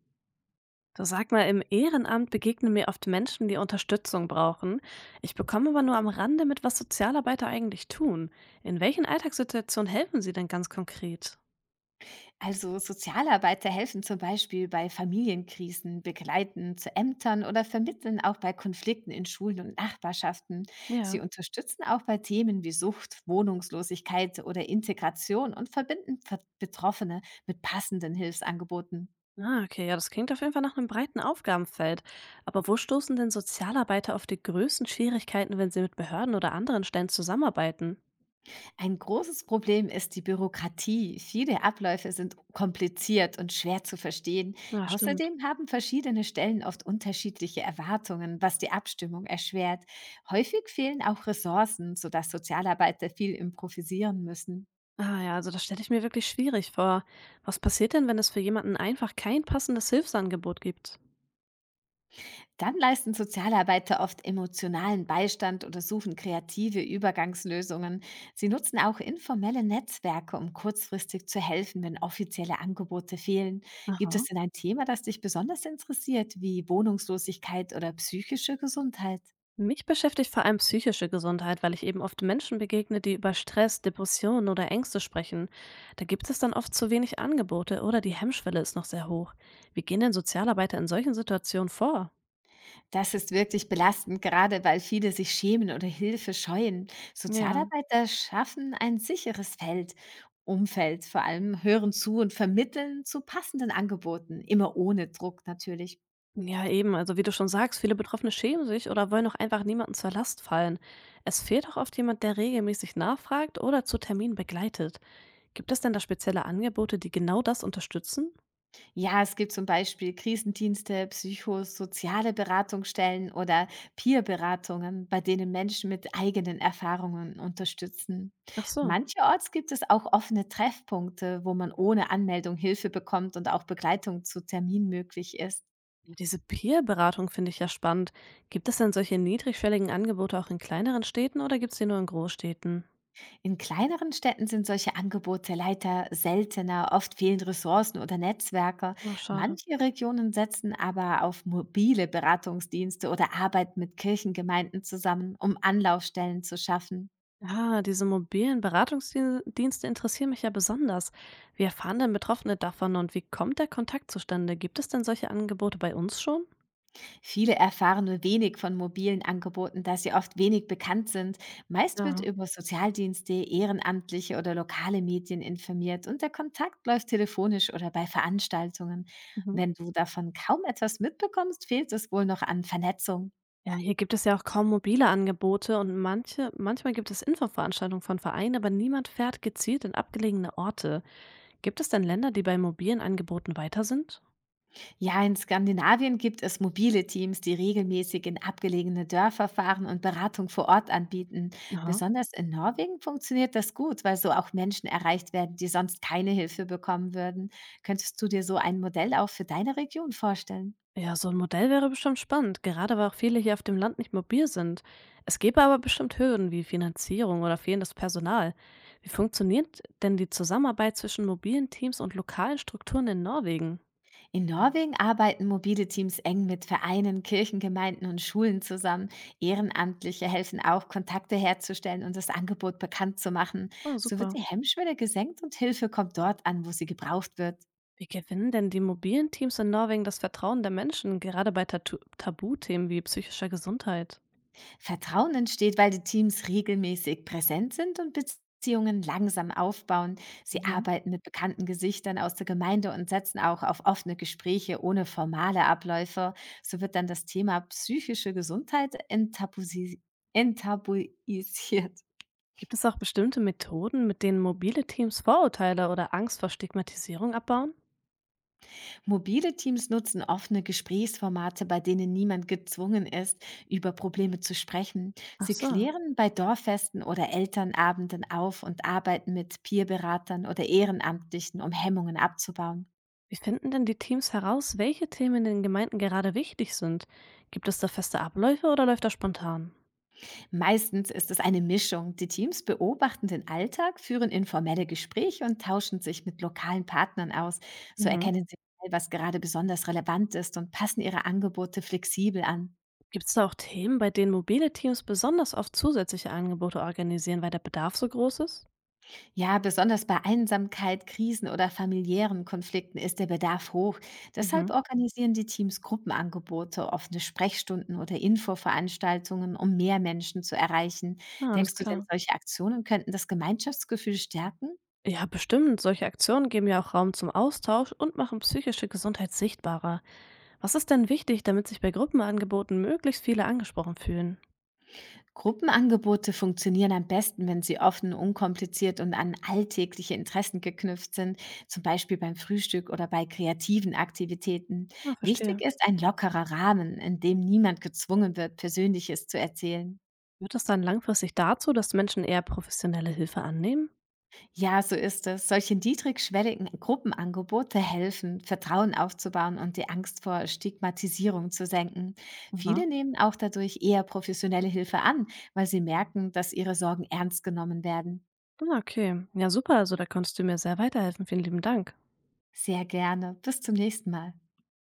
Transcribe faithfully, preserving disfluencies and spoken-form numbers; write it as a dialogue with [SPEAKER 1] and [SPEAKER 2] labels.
[SPEAKER 1] Du sag mal, im Ehrenamt begegnen mir oft Menschen, die Unterstützung brauchen. Ich bekomme aber nur am Rande mit, was Sozialarbeiter eigentlich tun. In welchen Alltagssituationen helfen sie denn ganz konkret?
[SPEAKER 2] Also Sozialarbeiter helfen zum Beispiel bei Familienkrisen, begleiten zu Ämtern oder vermitteln auch bei Konflikten in Schulen und Nachbarschaften. Sie
[SPEAKER 1] Ja.
[SPEAKER 2] unterstützen auch bei Themen wie Sucht, Wohnungslosigkeit oder Integration und verbinden Ver- Betroffene mit passenden Hilfsangeboten.
[SPEAKER 1] Ah, okay, ja, das klingt auf jeden Fall nach einem breiten Aufgabenfeld. Aber wo stoßen denn Sozialarbeiter auf die größten Schwierigkeiten, wenn sie mit Behörden oder anderen Stellen zusammenarbeiten?
[SPEAKER 2] Ein großes Problem ist die Bürokratie. Viele Abläufe sind kompliziert und schwer zu verstehen.
[SPEAKER 1] Ja, stimmt.
[SPEAKER 2] Außerdem haben verschiedene Stellen oft unterschiedliche Erwartungen, was die Abstimmung erschwert. Häufig fehlen auch Ressourcen, sodass Sozialarbeiter viel improvisieren müssen.
[SPEAKER 1] Ah ja, also das stelle ich mir wirklich schwierig vor. Was passiert denn, wenn es für jemanden einfach kein passendes Hilfsangebot gibt?
[SPEAKER 2] Dann leisten Sozialarbeiter oft emotionalen Beistand oder suchen kreative Übergangslösungen. Sie nutzen auch informelle Netzwerke, um kurzfristig zu helfen, wenn offizielle Angebote fehlen. Gibt
[SPEAKER 1] Aha.
[SPEAKER 2] es denn ein Thema, das dich besonders interessiert, wie Wohnungslosigkeit oder psychische Gesundheit?
[SPEAKER 1] Mich beschäftigt vor allem psychische Gesundheit, weil ich eben oft Menschen begegne, die über Stress, Depressionen oder Ängste sprechen. Da gibt es dann oft zu wenig Angebote oder die Hemmschwelle ist noch sehr hoch. Wie gehen denn Sozialarbeiter in solchen Situationen vor?
[SPEAKER 2] Das ist wirklich belastend, gerade weil viele sich schämen oder Hilfe scheuen.
[SPEAKER 1] Ja.
[SPEAKER 2] Sozialarbeiter schaffen ein sicheres Feld, Umfeld vor allem, hören zu und vermitteln zu passenden Angeboten, immer ohne Druck natürlich.
[SPEAKER 1] Ja, eben, also wie du schon sagst, viele Betroffene schämen sich oder wollen auch einfach niemandem zur Last fallen. Es fehlt auch oft jemand, der regelmäßig nachfragt oder zu Terminen begleitet. Gibt es denn da spezielle Angebote, die genau das unterstützen?
[SPEAKER 2] Ja, es gibt zum Beispiel Krisendienste, psychosoziale Beratungsstellen oder Peer-Beratungen, bei denen Menschen mit eigenen Erfahrungen unterstützen.
[SPEAKER 1] Ach so.
[SPEAKER 2] Mancherorts gibt es auch offene Treffpunkte, wo man ohne Anmeldung Hilfe bekommt und auch Begleitung zu Termin möglich ist.
[SPEAKER 1] Diese Peer-Beratung finde ich ja spannend. Gibt es denn solche niedrigschwelligen Angebote auch in kleineren Städten oder gibt es die nur in Großstädten?
[SPEAKER 2] In kleineren Städten sind solche Angebote leider seltener, oft fehlen Ressourcen oder Netzwerke.
[SPEAKER 1] Ach, schade.
[SPEAKER 2] Manche Regionen setzen aber auf mobile Beratungsdienste oder arbeiten mit Kirchengemeinden zusammen, um Anlaufstellen zu schaffen.
[SPEAKER 1] Ah, diese mobilen Beratungsdienste interessieren mich ja besonders. Wie erfahren denn Betroffene davon und wie kommt der Kontakt zustande? Gibt es denn solche Angebote bei uns schon?
[SPEAKER 2] Viele erfahren nur wenig von mobilen Angeboten, da sie oft wenig bekannt sind. Meist wird
[SPEAKER 1] Ja.
[SPEAKER 2] über Sozialdienste, Ehrenamtliche oder lokale Medien informiert und der Kontakt läuft telefonisch oder bei Veranstaltungen.
[SPEAKER 1] Mhm.
[SPEAKER 2] Wenn du davon kaum etwas mitbekommst, fehlt es wohl noch an Vernetzung.
[SPEAKER 1] Ja, hier gibt es ja auch kaum mobile Angebote und manche, manchmal gibt es Infoveranstaltungen von Vereinen, aber niemand fährt gezielt in abgelegene Orte. Gibt es denn Länder, die bei mobilen Angeboten weiter sind?
[SPEAKER 2] Ja, in Skandinavien gibt es mobile Teams, die regelmäßig in abgelegene Dörfer fahren und Beratung vor Ort anbieten.
[SPEAKER 1] Aha.
[SPEAKER 2] Besonders in Norwegen funktioniert das gut, weil so auch Menschen erreicht werden, die sonst keine Hilfe bekommen würden. Könntest du dir so ein Modell auch für deine Region vorstellen?
[SPEAKER 1] Ja, so ein Modell wäre bestimmt spannend, gerade weil auch viele hier auf dem Land nicht mobil sind. Es gäbe aber bestimmt Hürden wie Finanzierung oder fehlendes Personal. Wie funktioniert denn die Zusammenarbeit zwischen mobilen Teams und lokalen Strukturen in Norwegen?
[SPEAKER 2] In Norwegen arbeiten mobile Teams eng mit Vereinen, Kirchengemeinden und Schulen zusammen. Ehrenamtliche helfen auch, Kontakte herzustellen und das Angebot bekannt zu machen.
[SPEAKER 1] Ah,
[SPEAKER 2] So wird
[SPEAKER 1] super.
[SPEAKER 2] die Hemmschwelle gesenkt und Hilfe kommt dort an, wo sie gebraucht wird.
[SPEAKER 1] Wie gewinnen denn die mobilen Teams in Norwegen das Vertrauen der Menschen, gerade bei Tatu Tabuthemen wie psychischer Gesundheit?
[SPEAKER 2] Vertrauen entsteht, weil die Teams regelmäßig präsent sind und Beziehungen langsam aufbauen. Sie
[SPEAKER 1] Mhm.
[SPEAKER 2] arbeiten mit bekannten Gesichtern aus der Gemeinde und setzen auch auf offene Gespräche ohne formale Abläufe. So wird dann das Thema psychische Gesundheit enttabuisi- enttabuisiert.
[SPEAKER 1] Gibt es auch bestimmte Methoden, mit denen mobile Teams Vorurteile oder Angst vor Stigmatisierung abbauen?
[SPEAKER 2] Mobile Teams nutzen offene Gesprächsformate, bei denen niemand gezwungen ist, über Probleme zu sprechen.
[SPEAKER 1] Ach
[SPEAKER 2] Sie
[SPEAKER 1] so.
[SPEAKER 2] klären bei Dorffesten oder Elternabenden auf und arbeiten mit Peerberatern oder Ehrenamtlichen, um Hemmungen abzubauen.
[SPEAKER 1] Wie finden denn die Teams heraus, welche Themen in den Gemeinden gerade wichtig sind? Gibt es da feste Abläufe oder läuft das spontan?
[SPEAKER 2] Meistens ist es eine Mischung. Die Teams beobachten den Alltag, führen informelle Gespräche und tauschen sich mit lokalen Partnern aus. So
[SPEAKER 1] Mhm.
[SPEAKER 2] erkennen sie schnell, was gerade besonders relevant ist, und passen ihre Angebote flexibel an.
[SPEAKER 1] Gibt es da auch Themen, bei denen mobile Teams besonders oft zusätzliche Angebote organisieren, weil der Bedarf so groß ist?
[SPEAKER 2] Ja, besonders bei Einsamkeit, Krisen oder familiären Konflikten ist der Bedarf hoch. Deshalb
[SPEAKER 1] Mhm.
[SPEAKER 2] organisieren die Teams Gruppenangebote, offene Sprechstunden oder Infoveranstaltungen, um mehr Menschen zu erreichen.
[SPEAKER 1] Na, alles
[SPEAKER 2] Denkst du denn,
[SPEAKER 1] klar.
[SPEAKER 2] solche Aktionen könnten das Gemeinschaftsgefühl stärken?
[SPEAKER 1] Ja, bestimmt. Solche Aktionen geben ja auch Raum zum Austausch und machen psychische Gesundheit sichtbarer. Was ist denn wichtig, damit sich bei Gruppenangeboten möglichst viele angesprochen fühlen?
[SPEAKER 2] Gruppenangebote funktionieren am besten, wenn sie offen, unkompliziert und an alltägliche Interessen geknüpft sind, zum Beispiel beim Frühstück oder bei kreativen Aktivitäten.
[SPEAKER 1] Na, verstehe.
[SPEAKER 2] Wichtig ist ein lockerer Rahmen, in dem niemand gezwungen wird, Persönliches zu erzählen.
[SPEAKER 1] Wird das dann langfristig dazu, dass Menschen eher professionelle Hilfe annehmen?
[SPEAKER 2] Ja, so ist es. Solche niedrigschwelligen Gruppenangebote helfen, Vertrauen aufzubauen und die Angst vor Stigmatisierung zu senken.
[SPEAKER 1] Aha.
[SPEAKER 2] Viele nehmen auch dadurch eher professionelle Hilfe an, weil sie merken, dass ihre Sorgen ernst genommen werden.
[SPEAKER 1] Ah, okay. Ja, super. Also, da konntest du mir sehr weiterhelfen. Vielen lieben Dank.
[SPEAKER 2] Sehr gerne. Bis zum nächsten Mal.